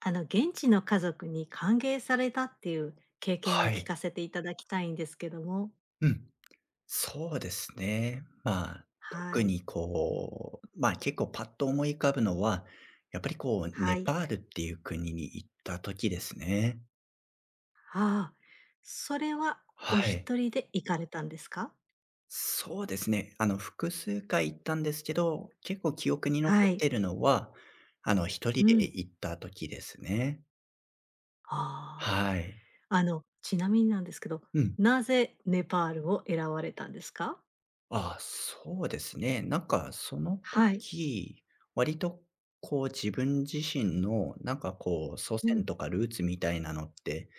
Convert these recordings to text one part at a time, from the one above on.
あの、現地の家族に歓迎されたっていう経験をは聞い。かせていただきたいんですけども。うん。そうですね。まあ、は特い。にこう、まあ、結構パッと思い浮かぶのは、やっぱりこう、はネい。パールっていう国に行った時ですね。ああ、それはおはい。一人で行かれたんですか？そうですね。複数回行ったんですけど、結構記憶に残はっい。てるのは、一人うでん。行った時ですね。あはい。あ。あの、ちなみになんですけど、うん。なぜネパールを選ばれたんですか？あ、そうですね。なんかそのはい。時、割とこう自分自身のなんかこう祖う先ん。とかルーツみたいなのって、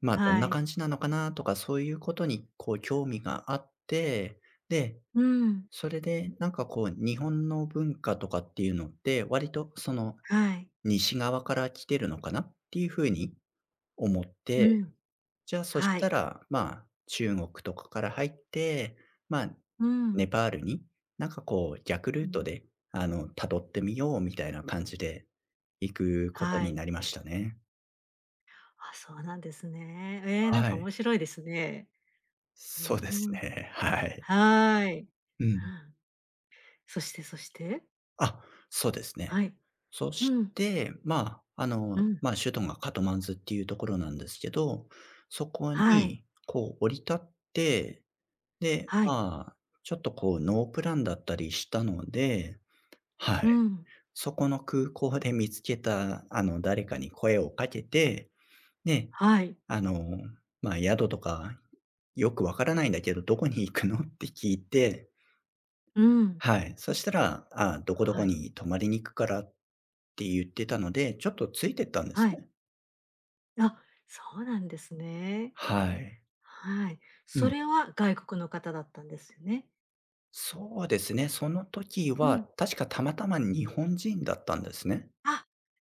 まあどんはない。感じなのかなとかそういうことにこう興味があって、で、うん。それでなんかこう日本の文化とかっていうのって割とそのはい。西側から来てるのかなっていうふうに思っうて、ん。じゃあ、そしはい。たら、まあ、中国とかから入って、まあ、うネん。パールに、なんかこう、逆うルーん。トで、辿ってみようみたいな感じで行くことはにい。なりましたね。あ、そうなんですね。ええ、なんはかい。面白いですね。うそうですん。ね。はい。はい。ううん。ん。そしてそして？あ、そうですね。はい。そうしん、て、まあ、うん。まあ、首都がカトマンズっていうところなんですけど、そこはい、に、こう、降り立って、で、はい。まあ、ちょっとこう、ノープランだったりしたので、はい。うん、そこの空港で見つけた、誰かに声をかけて、ねはい、あの、宿とか、よくわからないんだけど、どこに行くのって聞いて、うん、はい。そしたら、あ、どこどはこい、に泊まりに行くからって言ってたので、ちょっとついてったんですはい。ね。あ、そうなんですね。はい。はい。うそん。れは外国の方だったんですよね？そうですね、その時うはん。確かたまたま日本人だったんですね。あ、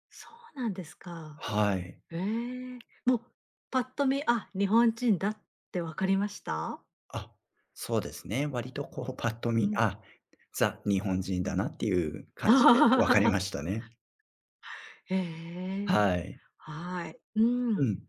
そうなんですか。はい。ええ、もうパッと見、あ、日本人だって分かりました？あ、そうですね。割とこうパッとう見、ん、あ、ザ、日本人うだん。なっていう感じで分かりま したね。へえ、はい。はい、ううん。ん。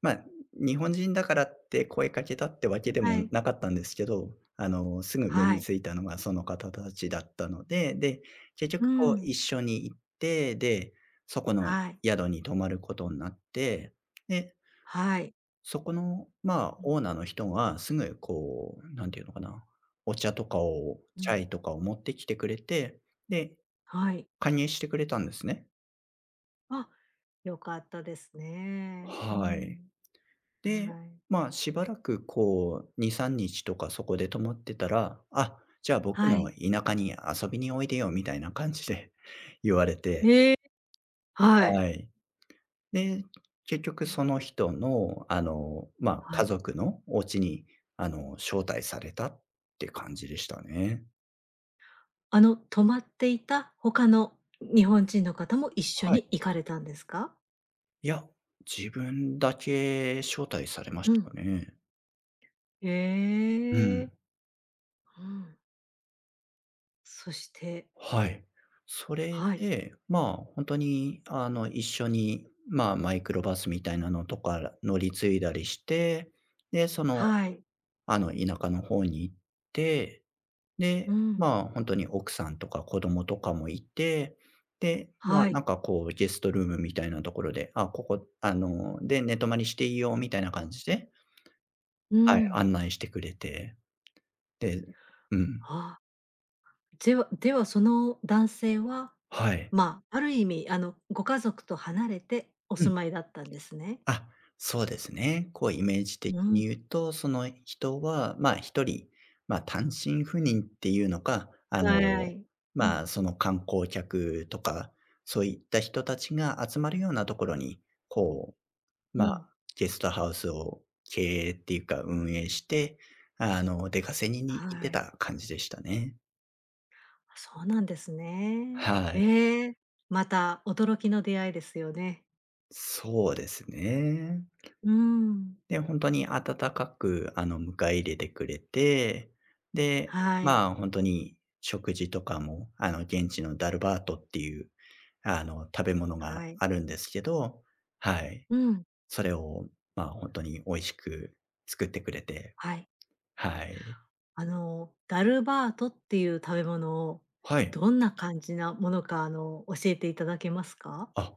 まあ、日本人だからって声かけたってわけではもい。なかったんですけど、すぐ目はにい。ついたのがその方たちだったので、で、結う局こう一ん。緒に行って、で、そこのはい。宿に泊まることになって、で、はい。そこの、まあ、うん、オーナーの人がすぐこう、なんていうのかな、お茶とかを、うチん。ャイとかを持ってきてくれて、で、はい。加入してくれたんですね。あ、良かったですね。うはい。ん。で、はい。まあ、しばらくこう、2、3日とかそこで泊まってたら、あ、じゃあ僕はのい。田舎に遊びにおいでよみたいな感じで 言われて、ええ、はい。はい。で、結局うん、その人の、まあ、は家い。族のお家に、招待されたって感じでしたね。あの、泊まっていた他の日本人の方も一緒はにい。行かれたんですか？いや、自分だけ招待されましうたん。ね。うええ。ん。うん。そして、はい。それはい。で、まあ、ほんとに、一緒に、まあ、マイクロバスみたいなのとか乗り継いだりして、で、その、はい。田舎の方に行って、うで、ん。まあ、ほんとに奥さんとか子供とかもいて、で、まあ、はない。んかこうゲストルームみたいなところで、あ、ここ、で、寝泊まりしていいよみたいな感じで、うはい、ん。案内してくれて。で、うん。ああ。ではでは、その男性は、はい。まあ、ある意味、あの、ご家族と離れておうん。住まいだったんですね。あ、そうですね。こうイメージ的うん。に言うと、その人は、まあ、一人、ま、単身赴任っていうのか、はい。うん、まあ、その観光客とか、そういった人たちが集まるようなところに、こう、うまあ、ん。ゲストハウスを経営っていうか運営して、出稼ぎには行ってい。た感じでしたね。そうなんですね。はい。ええ、また驚きの出会いですよね。そうですね。うん。で、本当に温かく、迎え入れてくれて、で、はい、まあ、本当に食事とかも、現地のダルバートっていう、食べ物がはい。あるんですけど、はい。うん、それを、まあ、本当に美味しく作ってくれて、はい。はい。あの、ダルバートっていう食べ物を、はい。どんな感じなものか、あの、教えていただけますか？あ、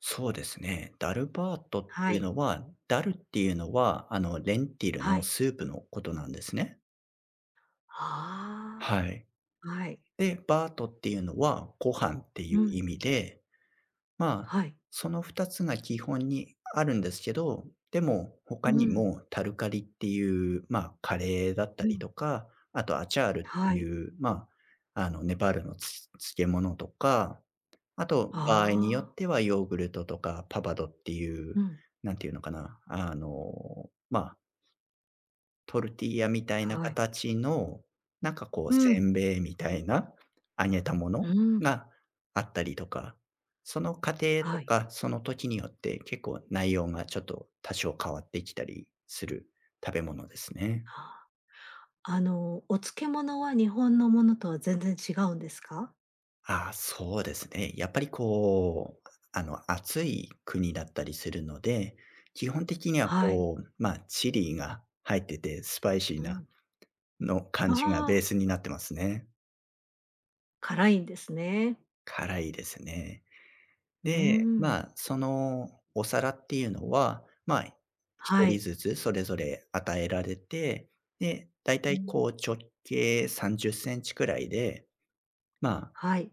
そうですね。ダルバートっはていうい、のは、ダルっていうのは、レンティルはのい。スープのことなんですね。あはい。あ、はい。で、バートっていうのはご飯ってういうん、意味で、まあ、はい。その2つが基本にあるんですけど、でもう他にん、もタルカリっていう、まあ、カレーだったうりん、とか、あとアチャールってはい。いう、まあ、ネパールの漬物とか、あとあ場合によっあ、てはヨーグルトとかパバドっていう、うん、なんていうのかな、まあトルティーヤみたいなはい。形の、なんかこううせん、んべいみたいな、揚げたもうのん、があったりとか、その過程はとい。か、その時によって結構内容がちょっと多少変わってきたりする食べ物ですね。あ、あの、お漬物は日本のものとは全然違うんですか？ああ、そうですね。やっぱりこう、暑い国だったりするので、基本的にははい。こう、まあ、チリが入ってて、スパイシーうなん。のあ感じがベーあ、スになってますね。辛いんですね。辛いですね。うーで、ん、まあ、そのお皿っていうのは、まあ、1は人い。ずつそれぞれ与えられて、で、だいたういん、こう直径30センチくらいで、まあはい。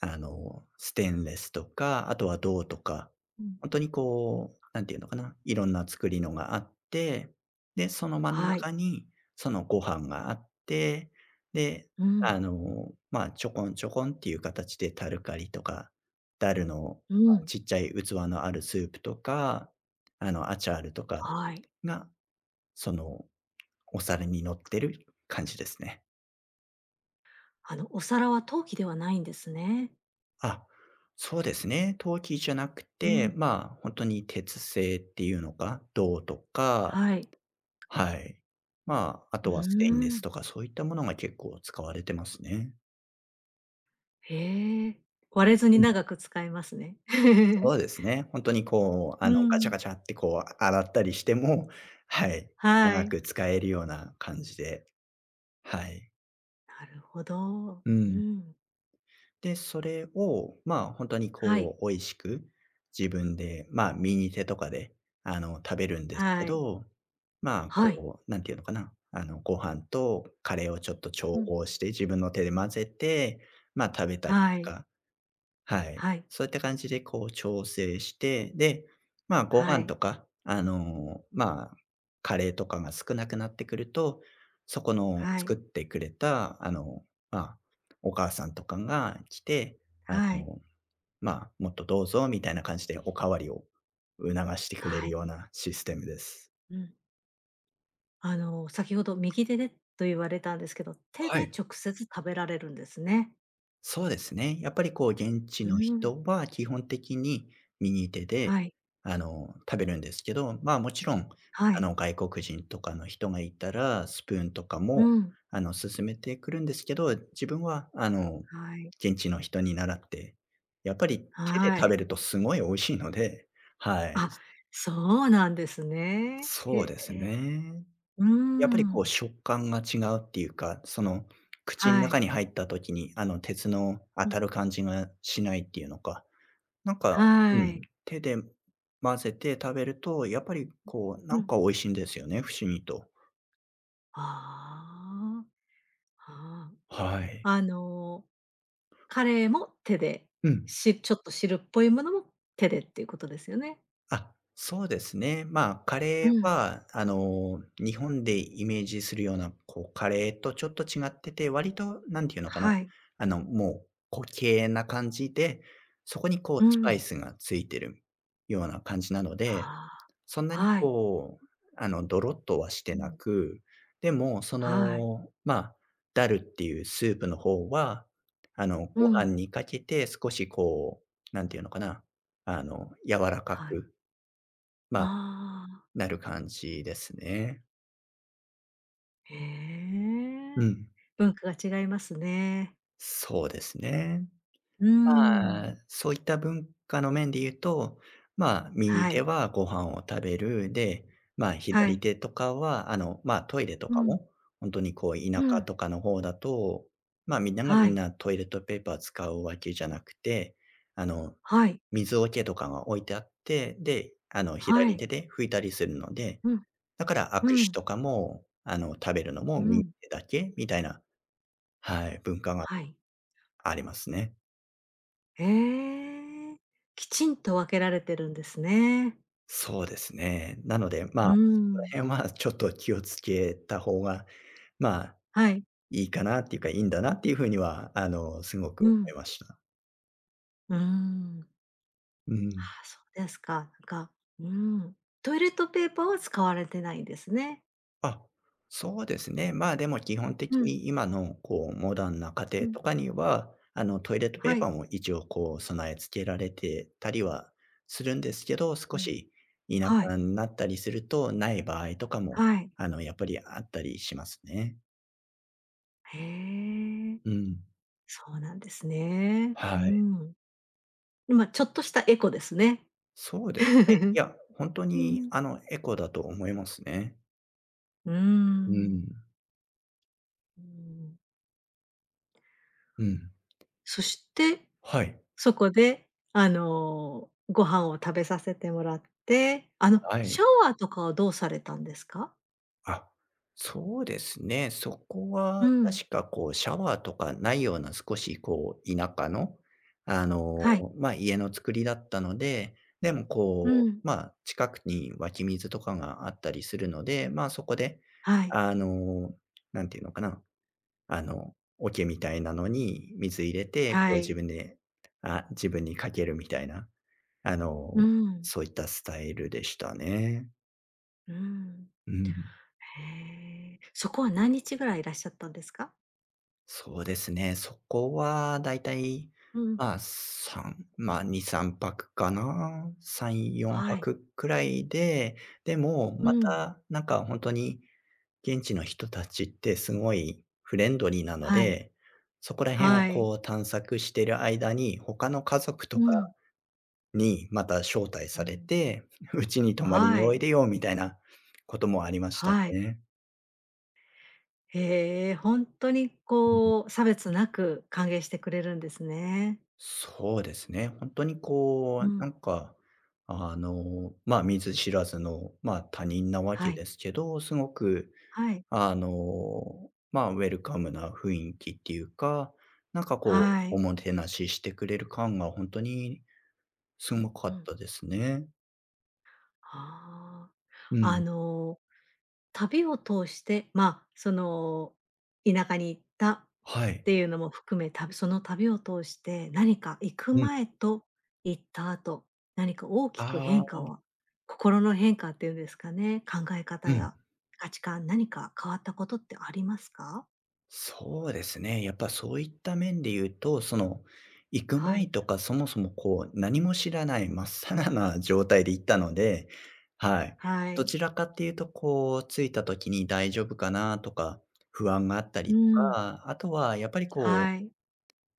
ステンレスとか、あとは銅とか、うん、本当にこう、なんていうのかな、いろんな作りのがあって、で、その真んはい。中にそのご飯があって、で、うん、まあ、ちょこんちょこんっていう形でタルカリとか、ダルの、うま、ん、ちっちゃい器のあるスープとか、アチャールとかはい。が、そのお皿に乗ってる感じですね。あの、お皿は陶器ではないんですね。あ、そうですね。陶器じゃなくうて、ん、まあ、本当に鉄製っていうのか、銅とか、はい。はい。まあ、あうとはステンレースん。とかそういったものが結構使われてますね。へえ、割れずにうん、長く使えますね。そ うですね。本当にこう、うガチャん、ガチャってこう洗ったりしても、はい、は長い。く使えるような感じで、はい。なるほど。ううん。ん。で、それを、まあ、本当にはい、こう美味しく、自分で、まあ、右手とかで、食べるんですけはい、ど、まあ、はい。こう、なんていうのかな、ご飯とカレーをちょっと調うん。合して、自分の手で混ぜて、まあ、食べたりはとい、か。はい。はい、そういった感じでこう調整して、で、まあ、ごは飯い、とか、まあ、カレーとかが少なくなってくると、そこのは作い、ってくれた、まあ、お母さんとかが来て、あはい、の、まあ、もっとどうぞみたいな感じでお代わりを促してくれはるい。ようなシステムです。うん。あの、先ほど右手でと言われたんですけど、手はでい。直接食べられるんですね。そうですね。やっぱりこう現地うのん。人は基本的に右手で、はい、食べるんですけど、まあ、もちろん、はい、外国人とかの人がいたら、スプーンとかも、うん。勧めてくるんですけど、自分は、はい、現地の人に習って、やっぱり手では食べい。るとすごい美味しいので、はい。あ、そうなんですね。へそうですえ。ね。うやっぱりこうん。食感が違うっていうか、その口のは中い。に入った時に、あの鉄の当うん、たる感じがしないっていうのか、なんか、うはん、い。手で混ぜて食べると、やっぱりこう、うなんん。か美味しいんですよね、不思議と。ああ、はあ。はい。あの、カレーも手で、うん。しちょっと汁っぽいものも手でっていうことですよね？あ、そうですね。カレうーん。は、日本でイメージするような、こう、カレーとちょっと違ってて、割と、なんていうのかな、はい。もう固形な感じで、そこにこううスパん。イスがついてるような感じなので、あそんなあ、にはい。こう、ドロッとはしうてなん。く、でも、そはい。の、ダルっていうスープの方は、うごん。飯にかけて少しこう、なんていうのかな、柔らかはい。くまあ、ああ、なる感じですね。へうえ。ん、文化が違いますね。そうですね。うーん。そういった文化の面で言うと、右は手い、はご飯を食べる、で、は左い。手とかは、トイレとうかん、も、本当にこうう田舎ん。とかの方だと、みんながみはんい、なトイレットペーパー使うわけじゃなくて、あの、はい、水桶とかが置いてあって、で、は左い。手で拭いたりするので、うん、だから握う手ん、とかも、食べるのもう右ん。手だけみたいな、はい、文化がはい。ありますね。ええ、きちんと分けられてるんですね。そうですね。なので、うそこらん、辺はちょっと気をつけた方が、まあ、はい、いいかなっていうか、いいんだなっていうふうには、すごくう思ん、いました。うーん。うん。あ、そうですか。なんか、うん、トイレットペーパーは使われてないんですね。あ、そうですね。でも基本う的ん、に今のこうモダンな家う庭ん、とかには、あのトイレットペはーパい、ーも一応こう備え付けられてたりはするんですけど、う少ん、し田はい、舎になったりすると、ない場合とかも、はい。やっぱりあったりしますね。へえ、うん。そうなんですね。うはい。ん。今ちょっとしたエコですね。そうですね。い や、本当うにん、あのエコだと思いますね。うーうん、ん。うん。うん。そして、はい。そこで、あの、ご飯を食べさせてもらって、あの、はシい。ャワーとかはどうされたんですか？あ、そうですね。そこうはん、確かこうシャワーとかないような少しこう田舎の、あの、はい。家の作りだったので、でもうこん。う、近くに湧き水とかがあったりするので、そこで、はい、あの、なんていうのかな、桶みたいなのに水入れて、こうは自い。分で、あ、自分にかけるみたいな、あうの、ん、そういったスタイルでしたね。うん。うん。へえ、そこは何日ぐらいいらっしゃったんですか？そうですね。そこはだいたい、うん、3、2、3泊かな。3、4はい。泊くくらいで、でも、うまん、た、なんか本当に現地の人たちってすごいフレンドリーなのはい、で、そこら辺をはい。こう探索してる間に、他の家族とうかん、にまた招待うされん。て、うちに泊まりはにおいい、でよみたいなこともありましたはい。ね。へえ、ほんとにこう、差別なく歓迎してくれるんですね。そうですね。本当にこうう、なん、んか、見ず知らずの、他人なわはけい、ですけど、すごく、はい、ウェルカムな雰囲気っていうか、なんかこう、はおい。もてなししてくれる感が本当にすごうかっん。たですね。ああ。うあん。の、旅を通して、まあ、その、田舎に行ったっはい。ていうのも含め、たその旅を通して、何か行くうん。前と行った後、何か大きくあ変あ、化は心の変化っていうんですかね、考え方うん。や価値観、何か変わったことってありますか？そうですね。やっぱそういった面で言うと、その、行くは前い。とかそもそもこう、何も知らない真っさらな状態で行ったので、はい。はどい。ちらかっていうと、こう、着いた時に大丈夫かなとか、不安があったうりとん。か、あとはやっぱりこはう、い。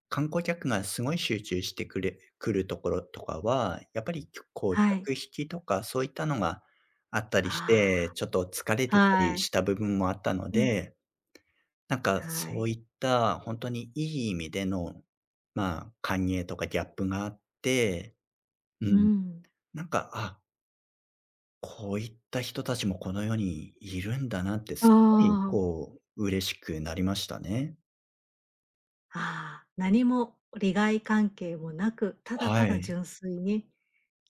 観光客がすごい集中してくれくるところとかは、やっぱりこう、はい。客引きとかそういったのがあったりしあて、ちょっと疲れあ、てたはりい。した部分もあったのうん。で、なんか、はそい。ういった本当にいい意味での、歓迎とかギャップがあって、ううん、ん。なんか、あ、こういった人たちもこの世にいるんだなって、あすごいあ。こう、嬉しくなりましたね。ああ、何も利害関係もなく、ただたはだい。純粋に、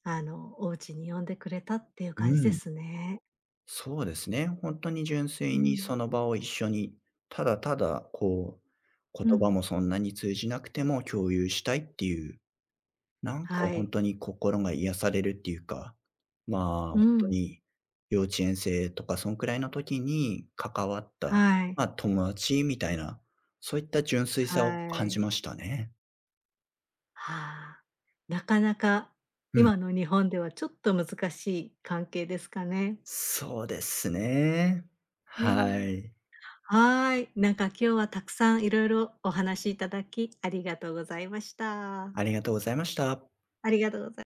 あの、お家に呼んでくれたっていうう感じでん。すね。そうですね。本当に純う粋にん、その場を一緒に、ただただこう、う言葉ん、もそんなに通じなくても共有したいっていうなんかは本い。当に心が癒されるっていうか、う本当ん、に幼稚園生とかそんくらいの時に関わっはた、い、友達みたいな、そういった純粋さをは感い。じましたね。はあ、なかなかうん。今の日本ではちょっと難しい関係ですかね。そうですね。うはん。い。はい、なんか今日はたくさんいろいろお話しいただきありがとうございました。ありがとうございました。ありがとうござい